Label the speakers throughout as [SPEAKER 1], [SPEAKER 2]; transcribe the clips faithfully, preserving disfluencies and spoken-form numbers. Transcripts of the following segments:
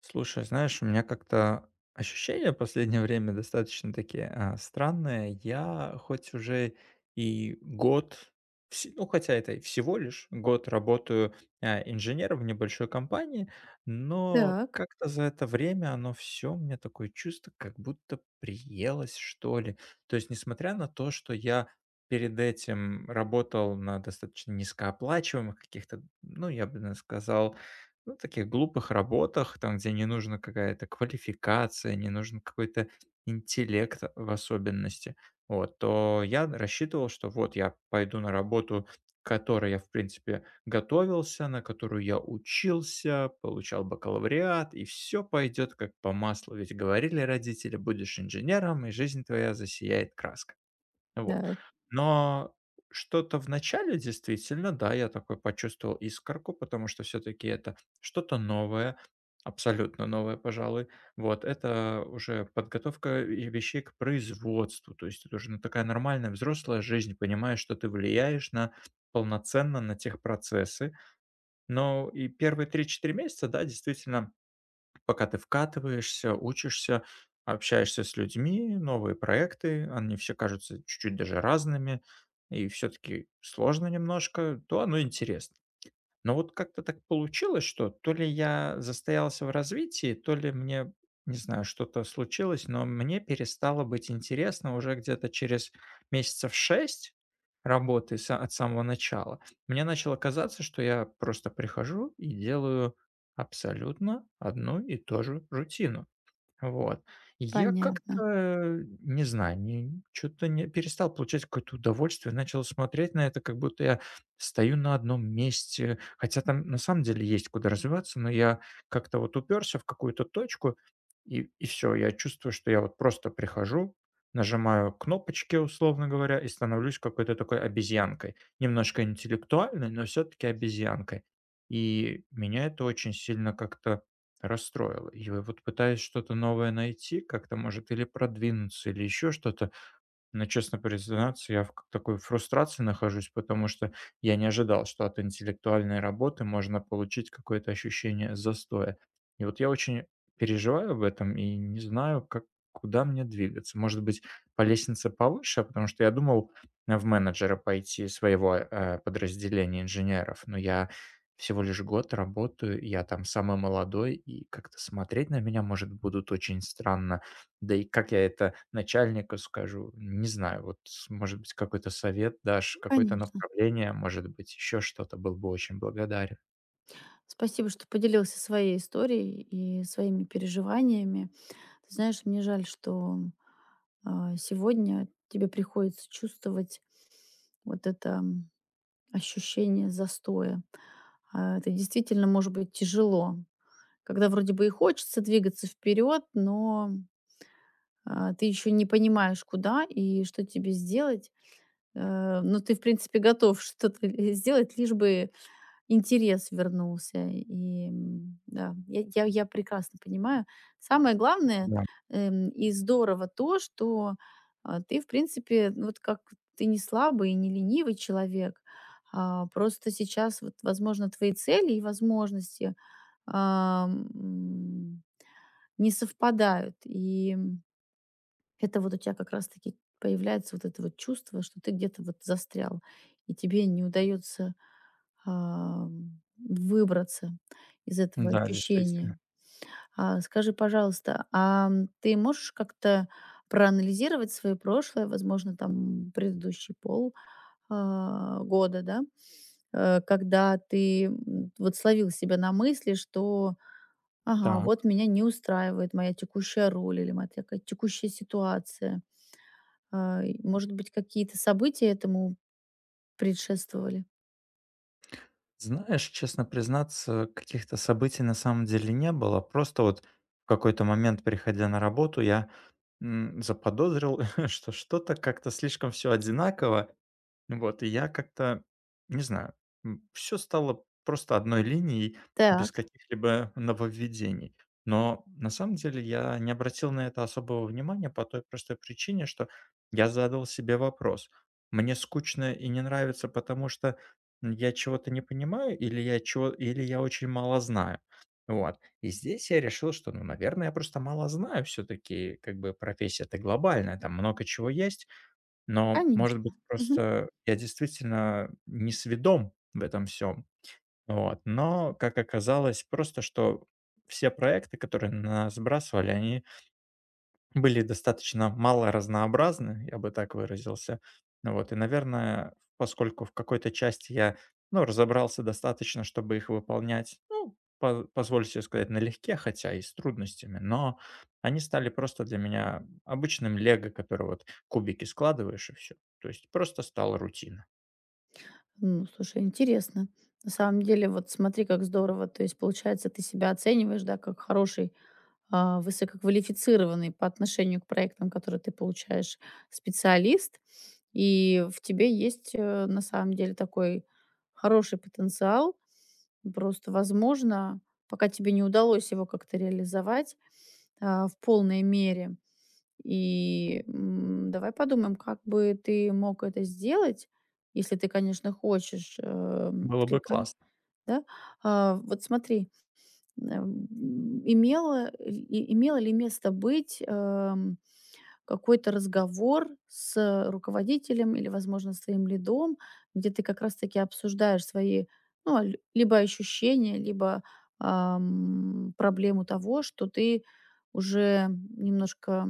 [SPEAKER 1] Слушай, знаешь, у меня как-то ощущения в последнее время достаточно такие а, странные. Я хоть уже и год, вс- ну хотя это и всего лишь год работаю а, инженером в небольшой компании, но
[SPEAKER 2] Так,
[SPEAKER 1] как-то за это время оно все, у меня такое чувство, как будто приелось, что ли. То есть, несмотря на то, что я перед этим работал на достаточно низкооплачиваемых каких-то, ну, я бы сказал, ну, таких глупых работах, там, где не нужна какая-то квалификация, не нужен какой-то интеллект в особенности, вот, то я рассчитывал, что вот я пойду на работу, к которой я, в принципе, готовился, на которую я учился, получал бакалавриат, и все пойдет как по маслу. Ведь говорили родители, будешь инженером, и жизнь твоя засияет краской. Вот.
[SPEAKER 2] да.
[SPEAKER 1] Но что-то в начале действительно, да, я такой почувствовал искорку, потому что все-таки это что-то новое, абсолютно новое, пожалуй. Вот, это уже подготовка и вещей к производству, то есть это уже ну, такая нормальная взрослая жизнь, понимаешь, что ты влияешь на полноценно на тех процессы. Но и первые три-четыре месяца, да, действительно, пока ты вкатываешься, учишься, общаешься с людьми, новые проекты, они все кажутся чуть-чуть даже разными и все-таки сложно немножко, то оно интересно. Но вот как-то так получилось, что то ли я застоялся в развитии, то ли мне, не знаю, что-то случилось, но мне перестало быть интересно уже где-то через месяцев шесть работы са- от самого начала. Мне начало казаться, что я просто прихожу и делаю абсолютно одну и ту же рутину. Вот. И Я
[SPEAKER 2] Понятно.
[SPEAKER 1] как-то, не знаю, не, что-то не, перестал получать какое-то удовольствие, начал смотреть на это, как будто я стою на одном месте, хотя там на самом деле есть куда развиваться, но я как-то вот уперся в какую-то точку, и, и все, я чувствую, что я вот просто прихожу, нажимаю кнопочки, условно говоря, и становлюсь какой-то такой обезьянкой. Немножко интеллектуальной, но все-таки обезьянкой. И меня это очень сильно как-то Расстроило. И вот пытаюсь что-то новое найти, как-то, может, или продвинуться, или еще что-то. Но, честно признаться, я в к такой фрустрации нахожусь, потому что я не ожидал, что от интеллектуальной работы можно получить какое-то ощущение застоя. И вот я очень переживаю об этом и не знаю, как куда мне двигаться. Может быть, по лестнице повыше, а потому что я думал э, в менеджера пойти своего, э, подразделения инженеров, но я всего лишь год работаю, я там самый молодой, и как-то смотреть на меня, может, будут очень странно. Да и как я это начальнику скажу? Не знаю. Вот, с может быть, какой-то совет дашь, какое-то
[SPEAKER 2] Конечно.
[SPEAKER 1] направление, может быть, еще что-то. Был бы очень благодарен.
[SPEAKER 2] Спасибо, что поделился своей историей и своими переживаниями. Ты знаешь, мне жаль, что а, сегодня тебе приходится чувствовать вот это м, ощущение застоя. А, Это действительно может быть тяжело, когда вроде бы и хочется двигаться вперед, но а, ты еще не понимаешь, куда и что тебе сделать. Э, Но ты, в принципе, готов что-то э, сделать, лишь бы интерес вернулся, и, м, да, я я я прекрасно понимаю. Самое главное,
[SPEAKER 1] Да,
[SPEAKER 2] эм, и здорово то, что, а, ты, в принципе, ну, вот как ты не слабый и не ленивый человек, а, просто сейчас вот, возможно, твои цели и возможности, ам, не совпадают. И это вот у тебя как раз-таки появляется вот это вот чувство, что ты где-то вот застрял, и тебе не удается ам, выбраться из этого
[SPEAKER 1] да, действительно.
[SPEAKER 2] ощущения. А, скажи, пожалуйста, а м, ты можешь как-то проанализировать свое прошлое, возможно, там предыдущий пол а, года, да, э, когда ты м, вот словил себя на мысли, что, ага,
[SPEAKER 1] Так.
[SPEAKER 2] вот меня не устраивает моя текущая роль или моя такая текущая ситуация, а, и, может быть, какие-то события этому предшествовали?
[SPEAKER 1] Знаешь, честно признаться, каких-то событий на самом деле не было. Просто вот в какой-то момент, приходя на работу, я, м, заподозрил, что что-то как-то слишком все одинаково, Вот, и я как-то, не знаю, все стало просто одной линией, без
[SPEAKER 2] Так,
[SPEAKER 1] каких-либо нововведений. Но на самом деле я не обратил на это особого внимания по той простой причине, что я задал себе вопрос: "Мне скучно и не нравится, потому что я чего-то не понимаю или я чего или я очень мало знаю?" Вот. И здесь я решил, что, ну, наверное, я просто мало знаю все-таки, как бы профессия-то глобальная, там много чего есть. Но, может быть,
[SPEAKER 2] конечно. Мгм.
[SPEAKER 1] просто я действительно не сведом в этом всем. Вот, но, как оказалось, просто что все проекты, которые на нас сбрасывали, они были достаточно мало разнообразны, я бы так выразился. Ну вот, и, наверное, поскольку в какой-то части я, ну, разобрался достаточно, чтобы их выполнять, ну, по- позволь себе сказать, налегке, хотя и с трудностями, но они стали просто для меня обычным лего, который вот кубики складываешь и все. То есть просто стала рутина.
[SPEAKER 2] Ну, слушай, интересно. На самом деле, вот смотри, как здорово. То есть, получается, ты себя оцениваешь, да, как хороший, а, высококвалифицированный по отношению к проектам, которые ты получаешь, специалист. И в тебе есть, э, на самом деле, такой хороший потенциал. Просто, возможно, пока тебе не удалось его как-то реализовать, а, в полной мере. И, м, давай подумаем, как бы ты мог это сделать, если ты, конечно, хочешь, эм,
[SPEAKER 1] Было бы
[SPEAKER 2] отклика,
[SPEAKER 1] классно.
[SPEAKER 2] да? А, вот смотри, эм, имело и имело ли место быть, эм какой-то разговор с руководителем или, возможно, с твоим лидом, где ты как раз-таки обсуждаешь свои, ну, а, ль- либо ощущения, либо ам, проблему того, что ты уже немножко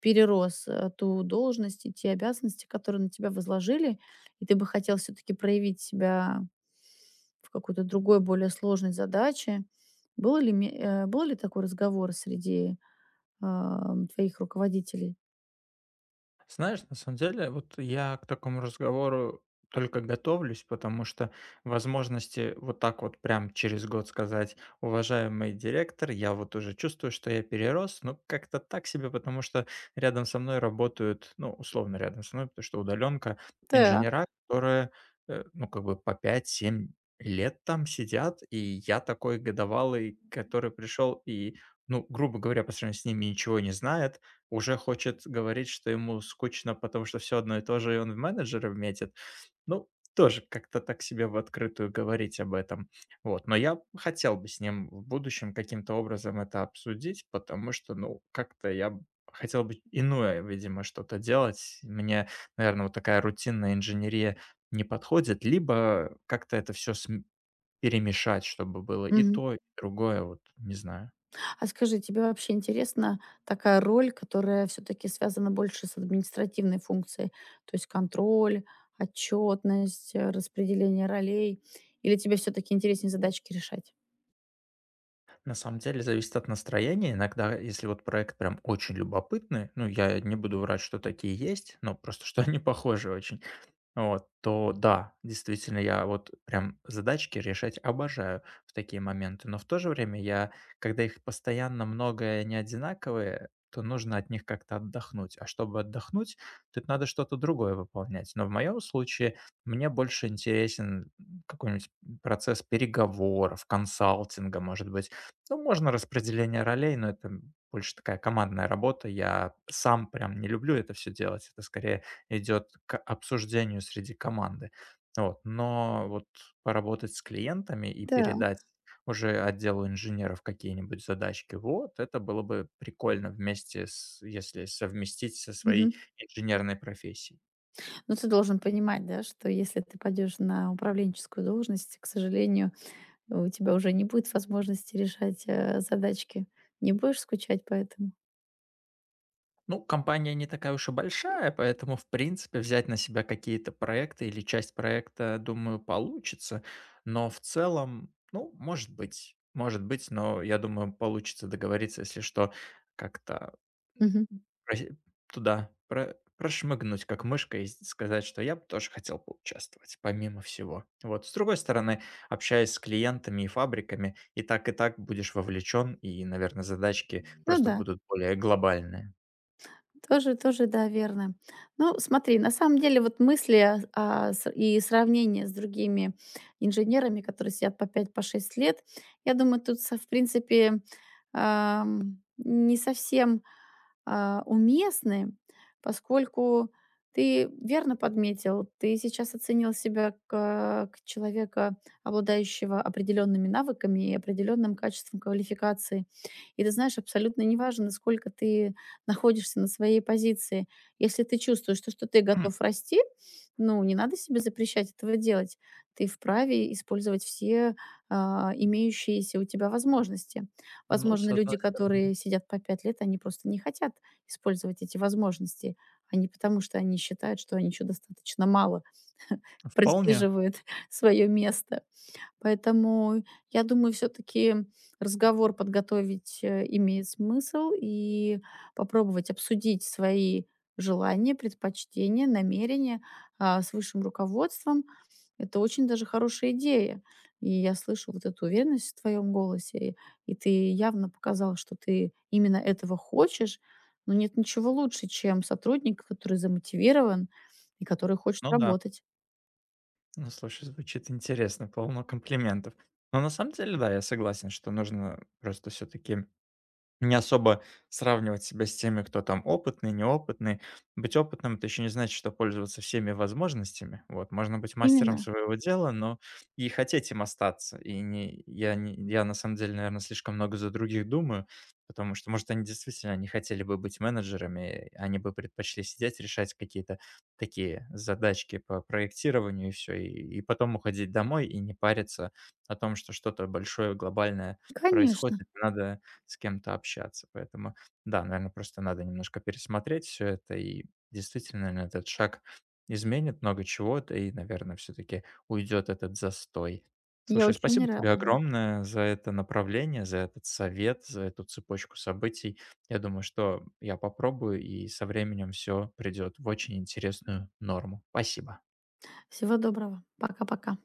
[SPEAKER 2] перерос э, ту должность и те обязанности, которые на тебя возложили, и ты бы хотел все-таки проявить себя в какой-то другой, более сложной задаче. Был ли, ме- э, был ли такой разговор среди ам, твоих руководителей?
[SPEAKER 1] Знаешь, на самом деле, вот я к такому разговору только готовлюсь, потому что возможности вот так вот прям через год сказать, уважаемый директор, я вот уже чувствую, что я перерос, ну как-то так себе, потому что рядом со мной работают, ну, условно рядом со мной, потому что удаленка,
[SPEAKER 2] Так.
[SPEAKER 1] инженера, которые, э, ну, как бы по пять-семь лет там сидят, и я такой годовалый, который пришел и, ну, грубо говоря, по сравнению с ними ничего не знает, уже хочет говорить, что ему скучно, потому что все одно и то же, и он в менеджеры метит. Ну, тоже как-то так себе в открытую говорить об этом. Вот, но я хотел бы с ним в будущем каким-то образом это обсудить, потому что, ну, как-то я б хотел бы иное, видимо, что-то делать. Мне, наверное, вот такая рутинная инженерия не подходит, либо как-то это все перемешать, чтобы было и
[SPEAKER 2] Мгм.
[SPEAKER 1] то, и другое, вот не знаю.
[SPEAKER 2] А скажи, тебе вообще интересна такая роль, которая все-таки связана больше с административной функцией, то есть контроль, отчетность, э, распределение ролей, или тебе все-таки интереснее задачки решать?
[SPEAKER 1] На самом деле зависит от настроения. Иногда, если вот проект прям очень любопытный, ну, я не буду врать, что такие есть, но просто что они похожи очень, вот, то да, действительно, я вот прям задачки решать обожаю в такие моменты. Но в то же время я, когда их постоянно много и не одинаковые, то нужно от них как-то отдохнуть. А чтобы отдохнуть, тут надо что-то другое выполнять. Но в моем случае мне больше интересен какой-нибудь процесс переговоров, консалтинга, может быть. Ну, можно распределение ролей, но это больше такая командная работа. Я сам прям не люблю это все делать. Это скорее идет к обсуждению среди команды. Вот. Но вот поработать с клиентами и
[SPEAKER 2] Так.
[SPEAKER 1] передать уже отделу инженеров какие-нибудь задачки, вот это было бы прикольно вместе с, если совместить со
[SPEAKER 2] Мгм.
[SPEAKER 1] своей инженерной профессией.
[SPEAKER 2] Но ты должен понимать, да, что если ты пойдешь на управленческую должность, к сожалению, у тебя уже не будет возможности решать э, задачки. Не будешь скучать по этому?
[SPEAKER 1] Ну, компания не такая уж и большая, поэтому, в принципе, взять на себя какие-то проекты или часть проекта, думаю, получится. Но в целом, ну, может быть, может быть, но я думаю, получится договориться, если что, как-то
[SPEAKER 2] Мгм.
[SPEAKER 1] Проси туда про прошмыгнуть как мышка и сказать, что я бы тоже хотел поучаствовать, помимо всего. Вот. С другой стороны, общаясь с клиентами и фабриками, и так, и так будешь вовлечен, и, наверное, задачки
[SPEAKER 2] Ну
[SPEAKER 1] просто
[SPEAKER 2] да.
[SPEAKER 1] будут более глобальные.
[SPEAKER 2] Тоже тоже, да, верно. Ну, смотри, на самом деле вот мысли, а, а, с и сравнение с другими инженерами, которые сидят по пять по шесть лет, я думаю, тут со в принципе, ам, не совсем, а, уместны, поскольку ты верно подметил, ты сейчас оценил себя как человека, обладающего определенными навыками и определенным качеством квалификации. И ты знаешь, абсолютно неважно, насколько ты находишься на своей позиции. Если ты чувствуешь, что что ты
[SPEAKER 1] М,
[SPEAKER 2] готов расти, ну, не надо себе запрещать этого делать. Ты вправе использовать все а, имеющиеся у тебя возможности.
[SPEAKER 1] ну, с
[SPEAKER 2] Возможно,
[SPEAKER 1] одной
[SPEAKER 2] люди,
[SPEAKER 1] стороны,
[SPEAKER 2] которые сидят по пять лет, они просто не хотят использовать эти возможности, а не потому, что они считают, что они еще достаточно мало
[SPEAKER 1] вполне.
[SPEAKER 2] просиживают свое место. Поэтому, я думаю, все таки разговор подготовить, э, имеет смысл, и попробовать обсудить свои желания, предпочтения, намерения, а, с высшим руководством. Это очень даже хорошая идея. И я слышу вот эту уверенность в твоем голосе, и и ты явно показал, что ты именно этого хочешь. Но нет ничего лучше, чем сотрудник, который замотивирован и который хочет
[SPEAKER 1] Ну да.
[SPEAKER 2] работать.
[SPEAKER 1] Ну, слушай, звучит интересно, полно комплиментов. Но на самом деле, да, я согласен, что нужно просто все таки Не особо сравнивать себя с теми, кто там опытный, неопытный. Быть опытным- это еще не значит, что пользоваться всеми возможностями. Вот, можно быть мастером
[SPEAKER 2] Именно.
[SPEAKER 1] своего дела, но и хотеть им остаться. И не я не я на самом деле, наверное, слишком много за других думаю, потому что, может, они действительно не хотели бы быть менеджерами, они бы предпочли сидеть, решать какие-то такие задачки по проектированию и все и и потом уходить домой и не париться о том, что что-то большое глобальное происходит.
[SPEAKER 2] Конечно.
[SPEAKER 1] Надо с кем-то общаться. Поэтому, да, наверное, просто надо немножко пересмотреть все это, и действительно, наверное, этот шаг изменит много чего-то, и, наверное, все-таки уйдет этот застой.
[SPEAKER 2] Я
[SPEAKER 1] Слушай,
[SPEAKER 2] очень
[SPEAKER 1] спасибо
[SPEAKER 2] рада.
[SPEAKER 1] тебе огромное за это направление, за этот совет, за эту цепочку событий. Я думаю, что я попробую, и со временем все придет в очень интересную норму. Спасибо.
[SPEAKER 2] Всего доброго. Пока-пока.